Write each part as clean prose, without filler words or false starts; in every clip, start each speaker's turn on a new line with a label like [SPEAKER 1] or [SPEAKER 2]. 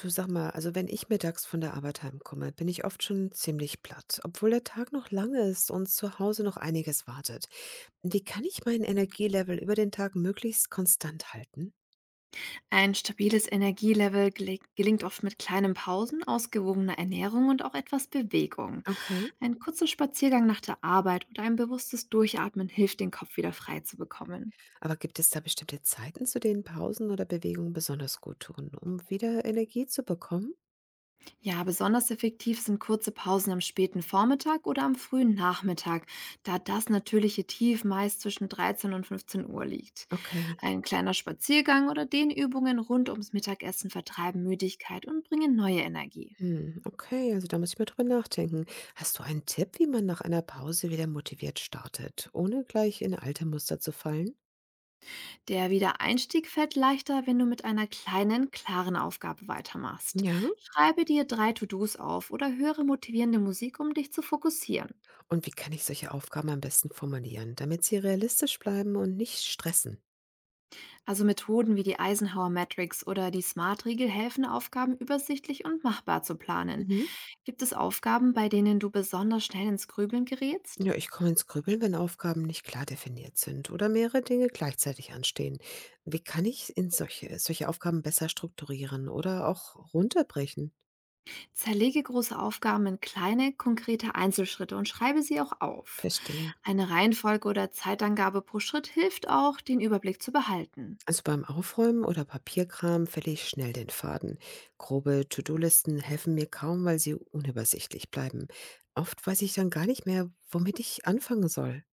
[SPEAKER 1] Du, sag mal, also wenn ich mittags von der Arbeit heimkomme, bin ich oft schon ziemlich platt, obwohl der Tag noch lang ist und zu Hause noch einiges wartet. Wie kann ich mein Energielevel über den Tag möglichst konstant halten?
[SPEAKER 2] Ein stabiles Energielevel gelingt oft mit kleinen Pausen, ausgewogener Ernährung und auch etwas Bewegung.
[SPEAKER 1] Okay.
[SPEAKER 2] Ein kurzer Spaziergang nach der Arbeit oder ein bewusstes Durchatmen hilft, den Kopf wieder frei zu bekommen.
[SPEAKER 1] Aber gibt es da bestimmte Zeiten, zu denen Pausen oder Bewegungen besonders gut tun, um wieder Energie zu bekommen?
[SPEAKER 2] Ja, besonders effektiv sind kurze Pausen am späten Vormittag oder am frühen Nachmittag, da das natürliche Tief meist zwischen 13 und 15 Uhr liegt.
[SPEAKER 1] Okay.
[SPEAKER 2] Ein kleiner Spaziergang oder Dehnübungen rund ums Mittagessen vertreiben Müdigkeit und bringen neue Energie.
[SPEAKER 1] Hm, okay, also da muss ich mal drüber nachdenken. Hast du einen Tipp, wie man nach einer Pause wieder motiviert startet, ohne gleich in alte Muster zu fallen?
[SPEAKER 2] Der Wiedereinstieg fällt leichter, wenn du mit einer kleinen, klaren Aufgabe weitermachst.
[SPEAKER 1] Ja.
[SPEAKER 2] Schreibe dir drei To-Dos auf oder höre motivierende Musik, um dich zu fokussieren.
[SPEAKER 1] Und wie kann ich solche Aufgaben am besten formulieren, damit sie realistisch bleiben und nicht stressen?
[SPEAKER 2] Also Methoden wie die Eisenhower Matrix oder die Smart-Riegel helfen, Aufgaben übersichtlich und machbar zu planen.
[SPEAKER 1] Mhm.
[SPEAKER 2] Gibt es Aufgaben, bei denen du besonders schnell ins Grübeln gerätst?
[SPEAKER 1] Ja, ich komme ins Grübeln, wenn Aufgaben nicht klar definiert sind oder mehrere Dinge gleichzeitig anstehen. Wie kann ich in solche Aufgaben besser strukturieren oder auch runterbrechen?
[SPEAKER 2] Zerlege große Aufgaben in kleine, konkrete Einzelschritte und schreibe sie auch auf.
[SPEAKER 1] Verstehe.
[SPEAKER 2] Eine Reihenfolge oder Zeitangabe pro Schritt hilft auch, den Überblick zu behalten.
[SPEAKER 1] Also beim Aufräumen oder Papierkram verliere ich schnell den Faden. Grobe To-Do-Listen helfen mir kaum, weil sie unübersichtlich bleiben. Oft weiß ich dann gar nicht mehr, womit ich anfangen soll.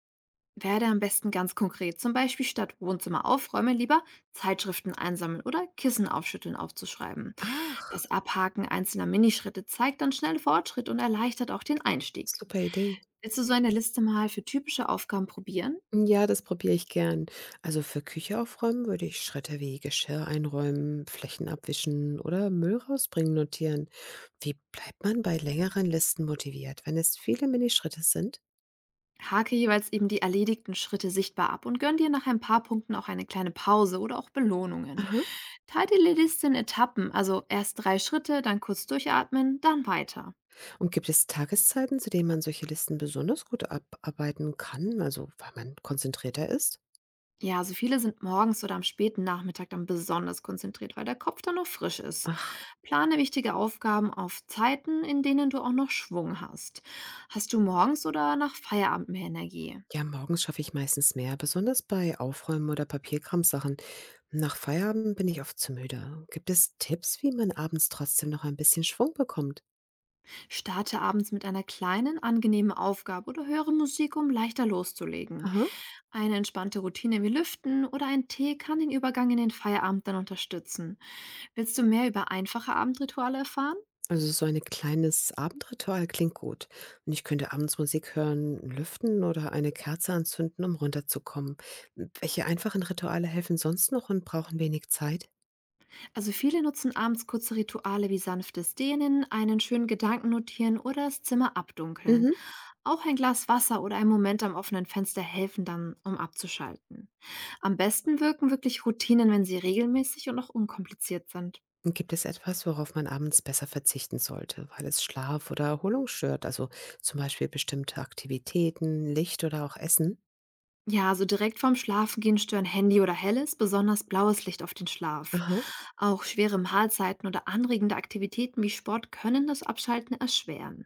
[SPEAKER 2] Werde am besten ganz konkret, zum Beispiel statt Wohnzimmer aufräumen lieber Zeitschriften einsammeln oder Kissen aufschütteln aufzuschreiben.
[SPEAKER 1] Ach,
[SPEAKER 2] Das Abhaken einzelner Minischritte zeigt dann schnell Fortschritt und erleichtert auch den Einstieg.
[SPEAKER 1] super Idee.
[SPEAKER 2] Willst du so eine Liste mal für typische Aufgaben probieren?
[SPEAKER 1] Ja, das probiere ich gern. Also für Küche aufräumen würde ich Schritte wie Geschirr einräumen, Flächen abwischen oder Müll rausbringen notieren. Wie bleibt man bei längeren Listen motiviert, wenn es viele Minischritte sind?
[SPEAKER 2] Hake jeweils eben die erledigten Schritte sichtbar ab und gönn dir nach ein paar Punkten auch eine kleine Pause oder auch Belohnungen.
[SPEAKER 1] Aha.
[SPEAKER 2] Teile die Liste in Etappen, also erst drei Schritte, dann kurz durchatmen, dann weiter.
[SPEAKER 1] Und gibt es Tageszeiten, zu denen man solche Listen besonders gut abarbeiten kann, also weil man konzentrierter ist?
[SPEAKER 2] Ja, also viele sind morgens oder am späten Nachmittag dann besonders konzentriert, weil der Kopf dann noch frisch ist.
[SPEAKER 1] Ach,
[SPEAKER 2] Plane wichtige Aufgaben auf Zeiten, in denen du auch noch Schwung hast. Hast du morgens oder nach Feierabend mehr Energie?
[SPEAKER 1] ja, morgens schaffe ich meistens mehr, besonders bei Aufräumen oder Papierkramsachen. Nach Feierabend bin ich oft zu müde. Gibt es Tipps, wie man abends trotzdem noch ein bisschen Schwung bekommt?
[SPEAKER 2] Starte abends mit einer kleinen, angenehmen Aufgabe oder höre Musik, um leichter loszulegen.
[SPEAKER 1] Aha.
[SPEAKER 2] Eine entspannte Routine wie Lüften oder ein Tee kann den Übergang in den Feierabend dann unterstützen. Willst du mehr über einfache Abendrituale erfahren?
[SPEAKER 1] Also so ein kleines Abendritual klingt gut. Und ich könnte abends Musik hören, lüften oder eine Kerze anzünden, um runterzukommen. Welche einfachen Rituale helfen sonst noch und brauchen wenig Zeit?
[SPEAKER 2] Also viele nutzen abends kurze Rituale wie sanftes Dehnen, einen schönen Gedanken notieren oder das Zimmer abdunkeln.
[SPEAKER 1] Mhm.
[SPEAKER 2] Auch ein Glas Wasser oder ein Moment am offenen Fenster helfen dann, um abzuschalten. Am besten wirken wirklich Routinen, wenn sie regelmäßig und auch unkompliziert sind.
[SPEAKER 1] Und gibt es etwas, worauf man abends besser verzichten sollte, weil es Schlaf oder Erholung stört? Also zum Beispiel bestimmte Aktivitäten, Licht oder auch Essen?
[SPEAKER 2] Ja, also direkt vorm Schlafengehen stören Handy oder helles, besonders blaues Licht auf den Schlaf.
[SPEAKER 1] Aha,
[SPEAKER 2] Auch schwere Mahlzeiten oder anregende Aktivitäten wie Sport können das Abschalten erschweren.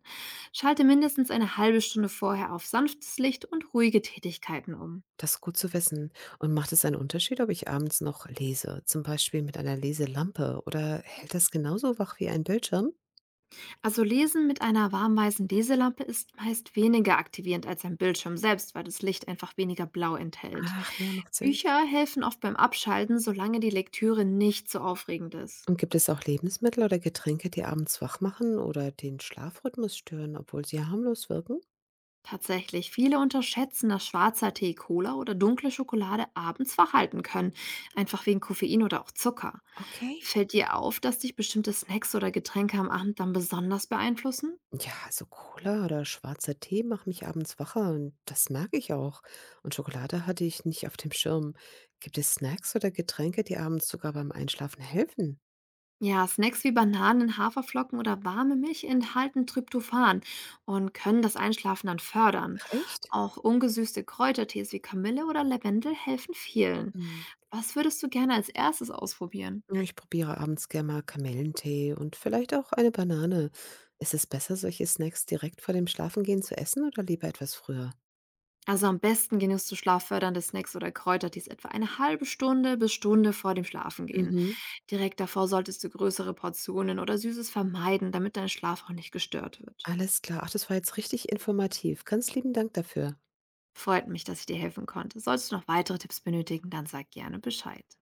[SPEAKER 2] Schalte mindestens eine halbe Stunde vorher auf sanftes Licht und ruhige Tätigkeiten um.
[SPEAKER 1] das ist gut zu wissen. Und macht es einen Unterschied, ob ich abends noch lese, zum Beispiel mit einer Leselampe, oder hält das genauso wach wie ein Bildschirm?
[SPEAKER 2] Also Lesen mit einer warmweißen Leselampe ist meist weniger aktivierend als ein Bildschirm selbst, weil das Licht einfach weniger blau enthält.
[SPEAKER 1] Ach ja, macht Sinn.
[SPEAKER 2] Bücher helfen oft beim Abschalten, solange die Lektüre nicht so aufregend ist.
[SPEAKER 1] Und gibt es auch Lebensmittel oder Getränke, die abends wach machen oder den Schlafrhythmus stören, obwohl sie harmlos wirken?
[SPEAKER 2] Tatsächlich, viele unterschätzen, dass schwarzer Tee, Cola oder dunkle Schokolade abends wach halten können, einfach wegen Koffein oder auch Zucker.
[SPEAKER 1] Okay.
[SPEAKER 2] Fällt dir auf, dass dich bestimmte Snacks oder Getränke am Abend dann besonders beeinflussen?
[SPEAKER 1] Ja, also Cola oder schwarzer Tee macht mich abends wacher und das merke ich auch. Und Schokolade hatte ich nicht auf dem Schirm. Gibt es Snacks oder Getränke, die abends sogar beim Einschlafen helfen?
[SPEAKER 2] Ja, Snacks wie Bananen, Haferflocken oder warme Milch enthalten Tryptophan und können das Einschlafen dann fördern.
[SPEAKER 1] Ach, echt?
[SPEAKER 2] Auch ungesüßte Kräutertees wie Kamille oder Lavendel helfen vielen.
[SPEAKER 1] Hm,
[SPEAKER 2] Was würdest du gerne als erstes ausprobieren?
[SPEAKER 1] ja, ich probiere abends gerne mal Kamillentee und vielleicht auch eine Banane. Ist es besser, solche Snacks direkt vor dem Schlafengehen zu essen oder lieber etwas früher?
[SPEAKER 2] Also am besten genießt du schlaffördernde Snacks oder Kräutertees etwa eine halbe Stunde bis Stunde vor dem Schlafengehen.
[SPEAKER 1] Mhm.
[SPEAKER 2] Direkt davor solltest du größere Portionen oder Süßes vermeiden, damit dein Schlaf auch nicht gestört wird.
[SPEAKER 1] Alles klar. Ach, das war jetzt richtig informativ. Ganz lieben Dank dafür.
[SPEAKER 2] Freut mich, dass ich dir helfen konnte. Solltest du noch weitere Tipps benötigen, dann sag gerne Bescheid.